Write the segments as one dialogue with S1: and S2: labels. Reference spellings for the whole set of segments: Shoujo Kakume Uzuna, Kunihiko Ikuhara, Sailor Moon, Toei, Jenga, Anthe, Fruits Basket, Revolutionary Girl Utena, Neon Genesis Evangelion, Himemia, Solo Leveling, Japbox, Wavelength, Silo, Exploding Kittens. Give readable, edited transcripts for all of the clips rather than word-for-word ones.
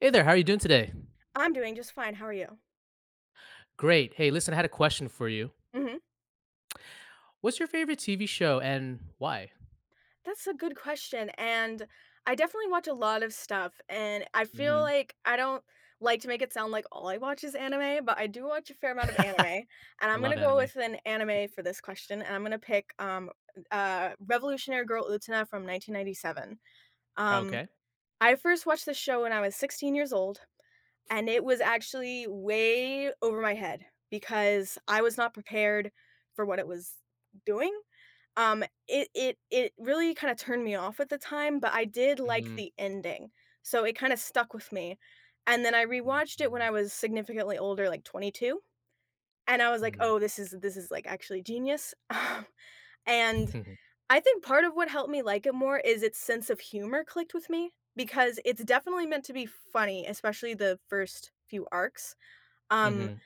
S1: Hey there, how are you doing today?
S2: I'm doing just fine, how are you?
S1: Great. Hey, listen, I had a question for you.
S2: Mhm.
S1: What's your favorite TV show and why?
S2: That's a good question, and I definitely watch a lot of stuff, and I feel
S1: Mhm.
S2: like I don't like to make it sound like all I watch is anime, but I do watch a fair amount of anime, and I'm
S1: Love
S2: gonna go
S1: anime.
S2: with an anime for this question, and I'm gonna pick, Revolutionary Girl Utena from 1997. Um,
S1: Okay.
S2: I first watched this show when I was 16 years old, and it was actually way over my head because I was not prepared for what it was doing. It really kinda turned me off at the time, but I did like
S1: Mhm.
S2: the ending, so it kinda stuck with me, and then I rewatched it when
S1: Mhm.
S2: I was significantly older, like 22, and I was like,
S1: Mhm.
S2: "Oh, this is, like, actually genius," and
S1: Mhm.
S2: I think part of what helped me like it more is its sense of humor clicked with me, because it's definitely meant to be funny, especially the first few arcs. Um,
S1: Mhm.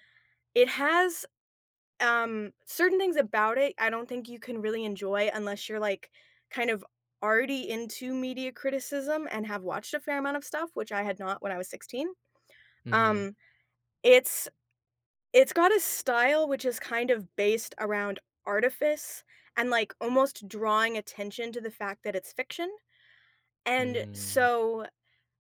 S2: it has, certain things about it, I don't think you can really enjoy unless you're, like, kind of already into media criticism and have watched a fair amount of stuff, which I had not when I was 16.
S1: Mhm.
S2: Um, it's got a style which is kind of based around artifice and, like, almost drawing attention to the fact that it's fiction, and
S1: Mhm.
S2: so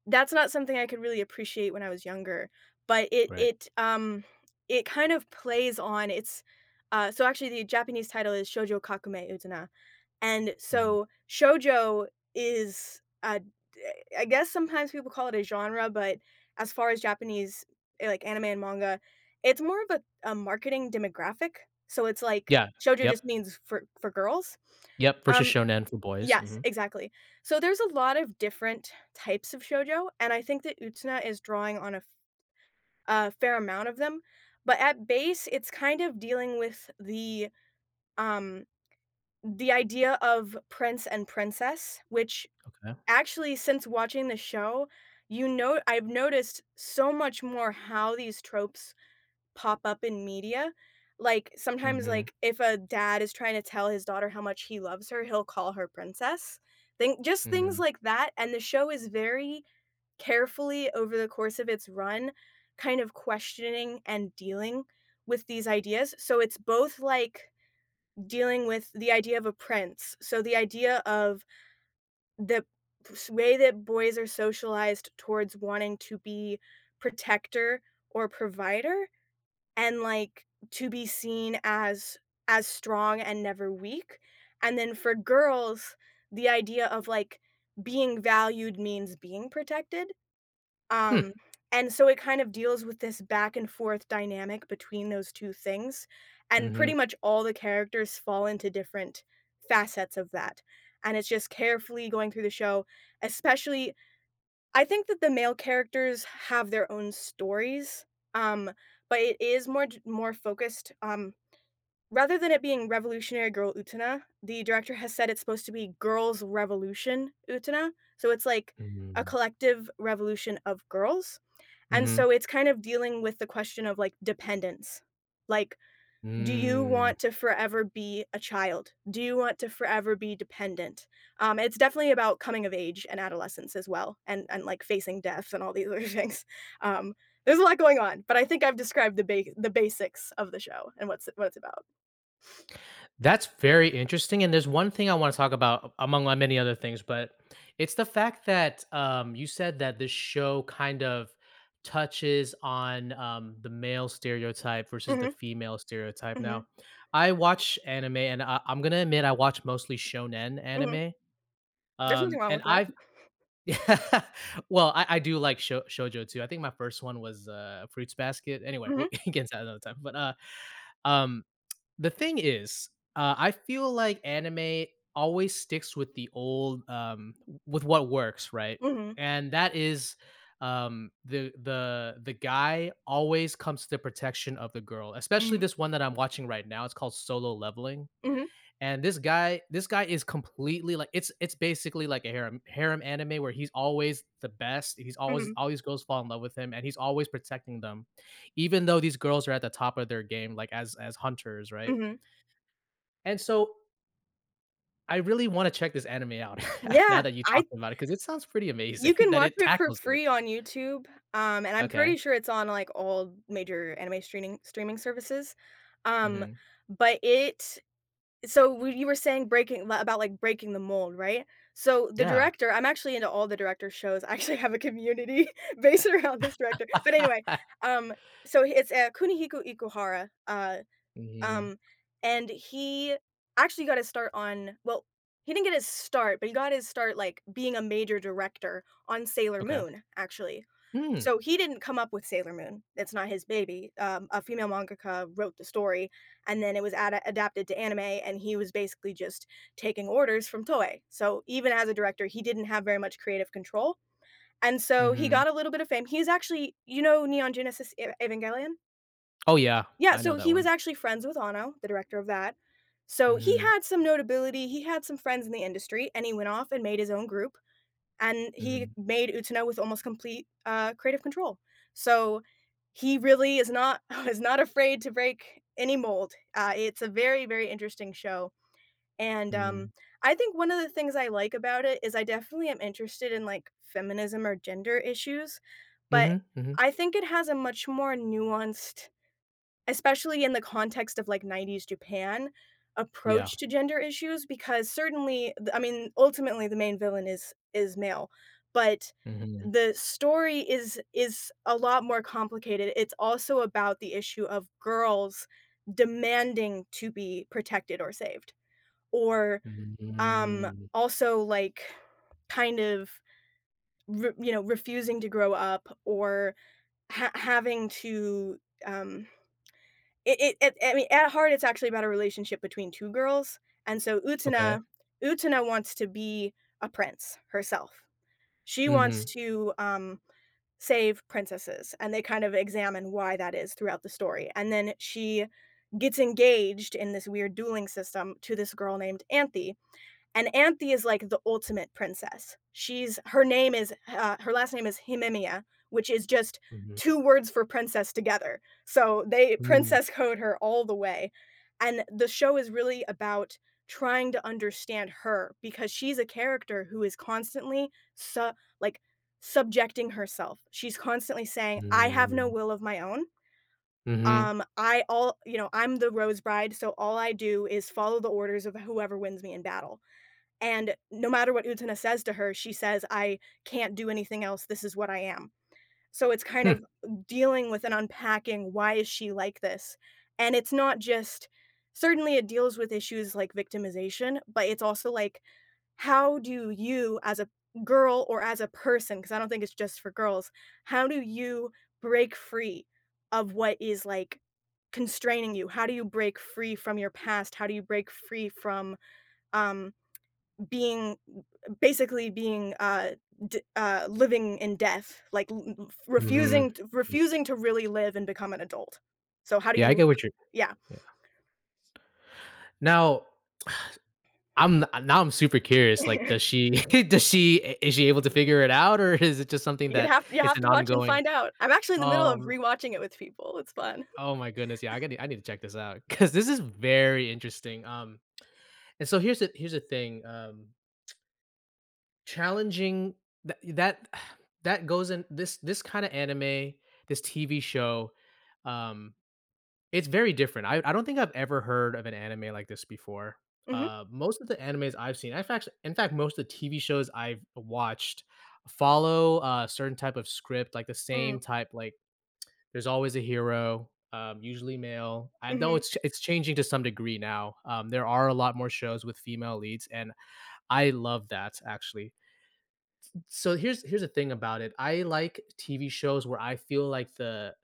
S2: that's not something I could really appreciate when I was younger, but it
S1: Right.
S2: it, um, it kind of plays on so actually the Japanese title is Shoujo Kakume Uzuna, and
S1: Mhm.
S2: so shoujo is, d I guess sometimes people call it a genre, but as far as Japanese, like, anime and manga, it's more of a marketing demographic, so it's like
S1: Yeah.
S2: shoujo
S1: Yep.
S2: just means for girls.
S1: Yep. Versus
S2: um
S1: shonen for boys.
S2: Yes,
S1: Mhm.
S2: exactly. So there's a lot of different types of shoujo, and I think that Utena is drawing on a fair amount of them. But at base, it's kind of dealing with the, um, the idea of prince and princess, which
S1: Okay.
S2: actually, since watching the show, you know, I've noticed so much more how these tropes pop up in media. Like, sometimes,
S1: Mhm.
S2: like, if a dad is trying to tell his daughter how much he loves her, he'll call her princess. Think just things
S1: Mhm.
S2: like that, and the show is very carefully over the course of its run kind of questioning and dealing with these ideas. So it's both, like, dealing with the idea of a prince, so the idea of the way that boys are socialized towards wanting to be protector or provider, and, like, to be seen as strong and never weak, and then for girls, the idea of, like, being valued means being protected,
S1: Hmm.
S2: um, and so it kind of deals with this back and forth dynamic between those 2 things, and pretty
S1: Mhm.
S2: much all the characters fall into different facets of that, and it's just carefully going through the show, especially I think that the male characters have their own stories, um, but it is more j more focused, rather than it being Revolutionary Girl Utena, the director has said it's supposed to be Girls Revolution Utena, so it's like a
S1: Mhm.
S2: collective revolution of girls, and
S1: Mhm.
S2: so it's kind of dealing with the question of, like, dependence. Like, do you
S1: Mm.
S2: want to forever be a child? Do you want to forever be dependent? It's definitely about coming of age and adolescence as well, and like facing death and all these other things. Um, there's a lot going on, but I think I've described the the basics of the show and what it's about.
S1: That's very interesting, and there's one thing I wanna talk about among my many other things, but it's the fact that, you said that this show kind of touches on, the male stereotype versus the
S2: hmm
S1: female stereotype.
S2: hmm
S1: Now, I watch anime, and I'm gonna admit I watch mostly shonen
S2: hmm
S1: anime,
S2: There's nothing wrong
S1: and
S2: with that.
S1: I've well, I do like shoujo too. I think my first one was, Fruits Basket. Anyway, we'll
S2: Mhm,
S1: get into that another time, but, um the thing is, I feel like anime always sticks with the old, with what works, right?
S2: mhm,
S1: And that is, the the guy always comes to the protection of the girl, especially
S2: mhm,
S1: this one that I'm watching right now. It's called Solo Leveling,
S2: mhm,
S1: and this guy is completely like it's basically like a harem anime where he's always the best. He's
S2: mhm,
S1: always girls fall in love with him, and he's always protecting them, even though these girls are at the top of their game, like as hunters, right?
S2: mhm.
S1: And so I really wanna check this anime out now
S2: Yeah,
S1: that you
S2: I
S1: talked about it because it sounds pretty amazing
S2: You can
S1: that
S2: watch
S1: it
S2: it for
S1: tackles it.
S2: free on YouTube, and I'm
S1: Okay.
S2: pretty sure it's on, like, all major anime streaming services, um,
S1: Mhm.
S2: but it so when you were saying breaking li about, like, breaking the mold, right? So the
S1: Yeah.
S2: director I'm actually into all the director shows, I actually have a community based around this director, but anyway, um, so it's, Kunihiko Ikuhara.
S1: Mhm.
S2: Um, and he actually got his start on well, he didn't get his start, but he got his start, like, being a major director on Sailor
S1: Okay.
S2: Moon, actually.
S1: Mm.
S2: So he didn't come up with Sailor Moon, it's not his baby, a female mangaka wrote the story, and then it was adapted to anime, and he was basically just taking orders from Toei. So even as a director, he didn't have very much creative control, and so he
S1: Mhm.
S2: got a little bit of fame. He's actually you know Neon Genesis E Evangelion?
S1: Oh, yeah.
S2: Yeah,
S1: I know
S2: so
S1: that
S2: he was
S1: one.
S2: actually friends with Ono, the director of that. So he
S1: Mhm.
S2: had some notability, he had some friends in the industry, and he went off and made his own group, and he
S1: Mhm.
S2: made Utano with almost complete creative control. So he really is not is not afraid to break any mold. It's a very interesting show, and
S1: Mm.
S2: I think one of the things I like about it is I definitely am interested in like feminism or gender issues, but
S1: Mhm. Mhm.
S2: I think it has a much more nuanced especially in the context of, like, 90s Japan
S1: Yeah.
S2: approach to gender issues because certainly the I mean, ultimately, the main villain is male, but
S1: Mhm.
S2: the story is a lot more complicated. It's also about the issue of girls demanding to be protected or saved, or, um,
S1: Mm.
S2: also, like, kind of re you know, refusing to grow up or ha having to, um it it it I mean, at heart, it's actually about a relationship between two girls, and so
S1: Okay.
S2: Utena wants to be a prince herself. She wants
S1: Mhm.
S2: to, save princesses, and they kind of examine why that is throughout the story, and then she gets engaged in this weird dueling system to this girl named Anthe, and Anthe is like the ultimate princess. She's her name is her last name is Himemia, which is just
S1: Mhm.
S2: two words for princess together. So they
S1: Mm.
S2: princess code her all the way. And the show is really about trying to understand her because she's a character who is constantly like subjecting herself. She's constantly saying, "I have no
S1: Mm.
S2: will of my own."
S1: Mhm.
S2: I all you know, I'm the rose bride, so all I do is follow the orders of whoever wins me in battle. And no matter what Utena says to her, she says, "I can't do anything else. This is what I am." So it's kind
S1: Hmm.
S2: of dealing with and unpacking why is she like this? And it's not just certainly it deals with issues like victimization, but it's also like how do you as a girl or as a person, because I don't think it's just for girls, how do you break free of what is like constraining you? How do you break free from your past? How do you break free from um being basically being living in death, like
S1: Mhm. Mhm.
S2: refusing to really live and become an adult. So how do
S1: Yeah, I
S2: you?
S1: get what you're
S2: Yeah,
S1: yeah. Now now I'm super curious. Like, does she does she is she able to figure it out, or is it just something that
S2: you
S1: it's
S2: have
S1: an
S2: to watch and
S1: ongoing?
S2: find out. I'm actually in the middle of
S1: Um,
S2: rewatching it with people. It's fun.
S1: oh my goodness, yeah, I need to check this out because this is very interesting. And so here's the thing. Challenging that that goes in this kind of anime, this TV show. Um, It's very different. I don't think I've ever heard of an anime like this before.
S2: Mhm.
S1: Most of the animes I've seen, I've actually, in fact, most of the TV shows I've watched follow a certain type of script, like the same
S2: Mm.
S1: type. Like, there's always a hero, usually male. I know
S2: Mhm.
S1: it's changing to some degree now. There are a lot more shows with female leads, and I love that actually. So here's the thing about it. I like TV shows where I feel like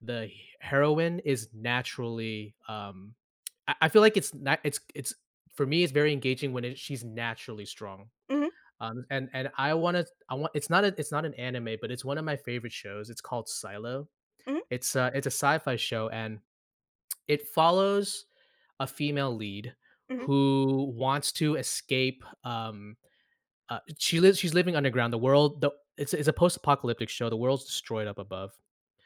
S1: the heroine is naturally I feel like it's not it's it's for me it's very engaging she's naturally strong.
S2: Mhm.
S1: And I want it's not an anime but it's one of my favorite shows. It's called Silo.
S2: Mhm.
S1: It's a sci-fi show and it follows a female lead
S2: Mhm.
S1: who wants to escape she's living underground. The world the it's a post-apocalyptic show. The world's destroyed up above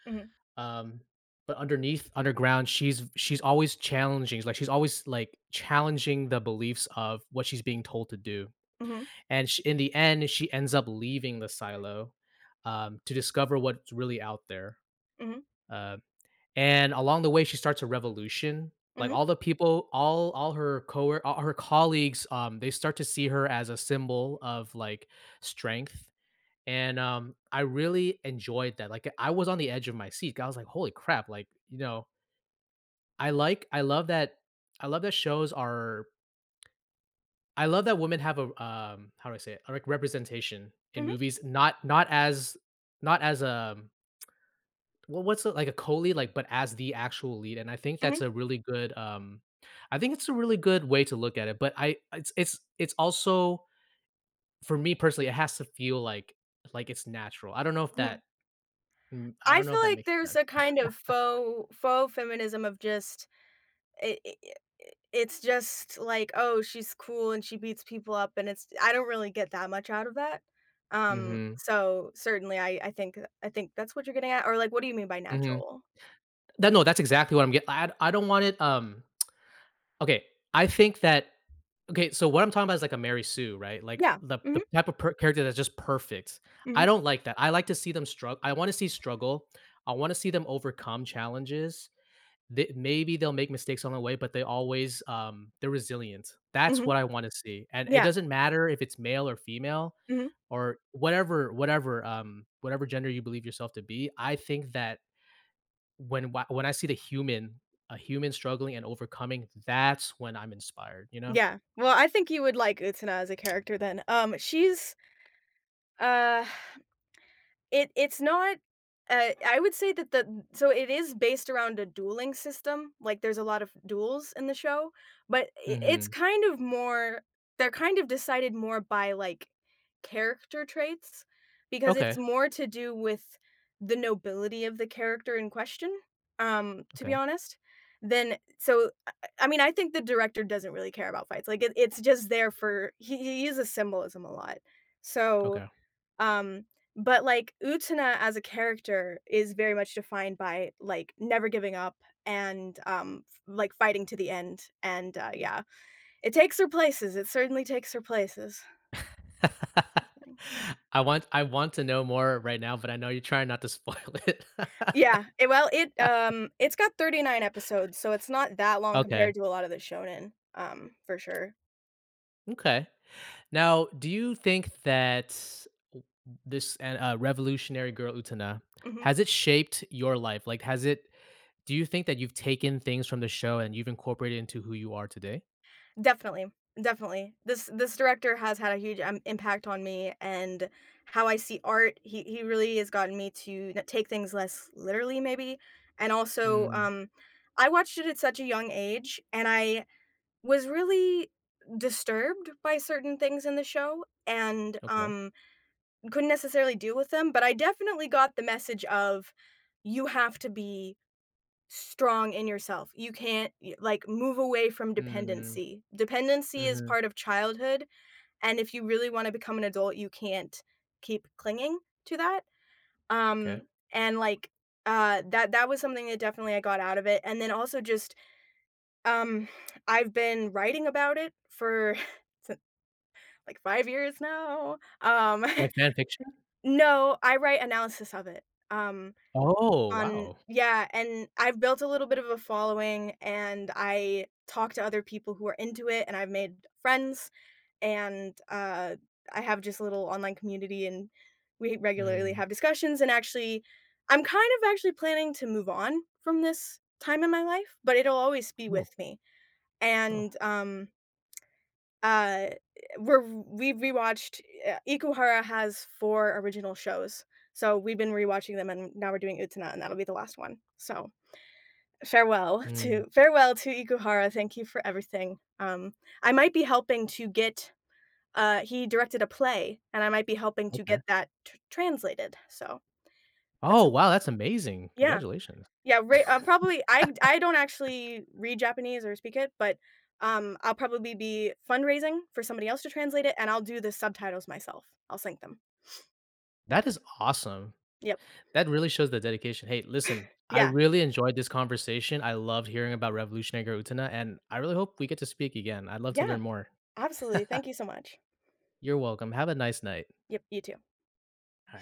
S2: Mhm.
S1: um, but underneath, underground, she's always challenging. Like she's always like challenging the beliefs of what she's being told to do.
S2: Mhm.
S1: And she, in the end, she ends up leaving the silo to discover what's really out there.
S2: Mhm,
S1: Uh, and along the way, she starts a revolution. Like
S2: mhm,
S1: all the people, all her co all her colleagues, they start to see her as a symbol of like strength. And I really enjoyed that. Like I was on the edge of my seat. I was like, "Holy crap!" Like you know, I like I love that I love that shows are I love that women have a, how do I say it? Like, representation in
S2: mhm,
S1: movies, not as not as, a. Well, what's it like a co-lead, like, but as the actual lead, and I think that's
S2: mhm,
S1: a really good, I think it's a really good way to look at it, but I it's also for me personally, it has to feel like it's natural. I don't know if
S2: mhm.
S1: that I
S2: I
S1: don't know
S2: feel
S1: if that
S2: like
S1: makes
S2: there's
S1: sense.
S2: a kind of faux feminism of just it. i it's just like, "Oh, she's cool and she beats people up," and it's I don't really get that much out of that.
S1: Mhm,
S2: So certainly I think that's what you're getting at, or like, what do you mean by
S1: mhm.
S2: natural?
S1: That no, that's exactly what I'm getting. I don't want it, okay, I think that okay, so what I'm talking about is like a Mary Sue, right? Like
S2: Yeah.
S1: the
S2: Mhm,
S1: type of character that's just perfect. I
S2: mhm,
S1: don't like that. I like to see them struggle. I want to see struggle. I want to see them overcome challenges. Maybe they'll make mistakes on the way, but they always they're resilient. That's
S2: mhm,
S1: what I want to see. And it
S2: yeah,
S1: doesn't matter if it's male or female
S2: mhm,
S1: or whatever whatever gender you believe yourself to be. I think that when I see the human a human struggling and overcoming, that's when I'm inspired, you know?
S2: yeah. Well, I think you would like Utsuna as a character then. She's, uh it's not I would say that the so it is based around a dueling system, like, there's a lot of duels in the show, but I it's
S1: Mhm.
S2: kind of more they're kind of decided more by, like, character traits because it's
S1: Okay.
S2: more to do with the nobility of the character in question, to be
S1: Okay.
S2: honest, then so, I mean, I think the director doesn't really care about fights, like, it's just there for he uses symbolism a lot, so
S1: Okay.
S2: um, but like Utana as a character is very much defined by like never giving up and like fighting to the end. And yeah, it takes her places. It certainly takes her places. Poor thing.
S1: I want to know more right now, but I know you're trying not to spoil it.
S2: Yeah, it, well, it it's got 39 episodes, so it's not that long
S1: Okay,
S2: compared to a lot of the shonen, for sure.
S1: okay. Now, do you think that w this, an Revolutionary Girl Utena,
S2: Mhm.
S1: has it shaped your life? Like, has it do you think that you've taken things from the show and you've incorporated it into who you are today?
S2: Definitely, definitely. This director has had a huge, impact on me and how I see art. He really has gotten me to n take things less literally maybe, and
S1: Mm,
S2: also,
S1: mm-hmm.
S2: I watched it at such a young age, and I was really disturbed by certain things in the show and,
S1: Okay.
S2: couldn't necessarily deal with them, but I definitely got the message of, "You have to be strong in yourself. You can't y like, move away from
S1: Mm,
S2: dependency. Dependency is
S1: mhm,
S2: part of childhood, and if you really wanna become an adult, you can't keep clinging to that,
S1: 'kay.
S2: um, and, like, that that was something that definitely I got out of it, and then also just, um, I've been writing about it for si like, 5 years now,
S1: Like fan fiction?
S2: No, I write analysis of it, um
S1: Oh,
S2: On
S1: wow.
S2: yeah, and I've built a little bit of a following, and I talk to other people who are into it, and I've made friends, and, I have just a little online community, and we regularly
S1: Mm.
S2: have discussions, and actually I'm kind of actually planning to move on from this time in my life, but it'll always be
S1: Oh,
S2: with me,
S1: oh.
S2: and, uh, we're we rewatched Ikuhara has 4 original shows, so we've been rewatching them, and now we're doing Utena, and that'll be the last one. So,
S1: Mm,
S2: farewell to Ikuhara, thank you for everything. I might be helping to get he directed a play, and I might be helping to
S1: okay.
S2: get that tr translated, so that's
S1: Oh,
S2: an
S1: wow, that's amazing.
S2: yeah.
S1: Congratulations.
S2: Yeah, re probably I don't actually read Japanese or speak it, but, I'll probably be fundraising for somebody else to translate it, and I'll do the subtitles myself. I'll sync them.
S1: That is awesome.
S2: Yep.
S1: That really shows the dedication. Hey, listen, I
S2: Yeah.
S1: really enjoyed this conversation. I loved hearing about Revolutionary Guard Utana, and I really hope we get to speak again. I'd love to
S2: Yeah,
S1: learn more.
S2: absolutely. Thank you so much.
S1: You're welcome. Have a nice night.
S2: Yep, you too.
S1: All right.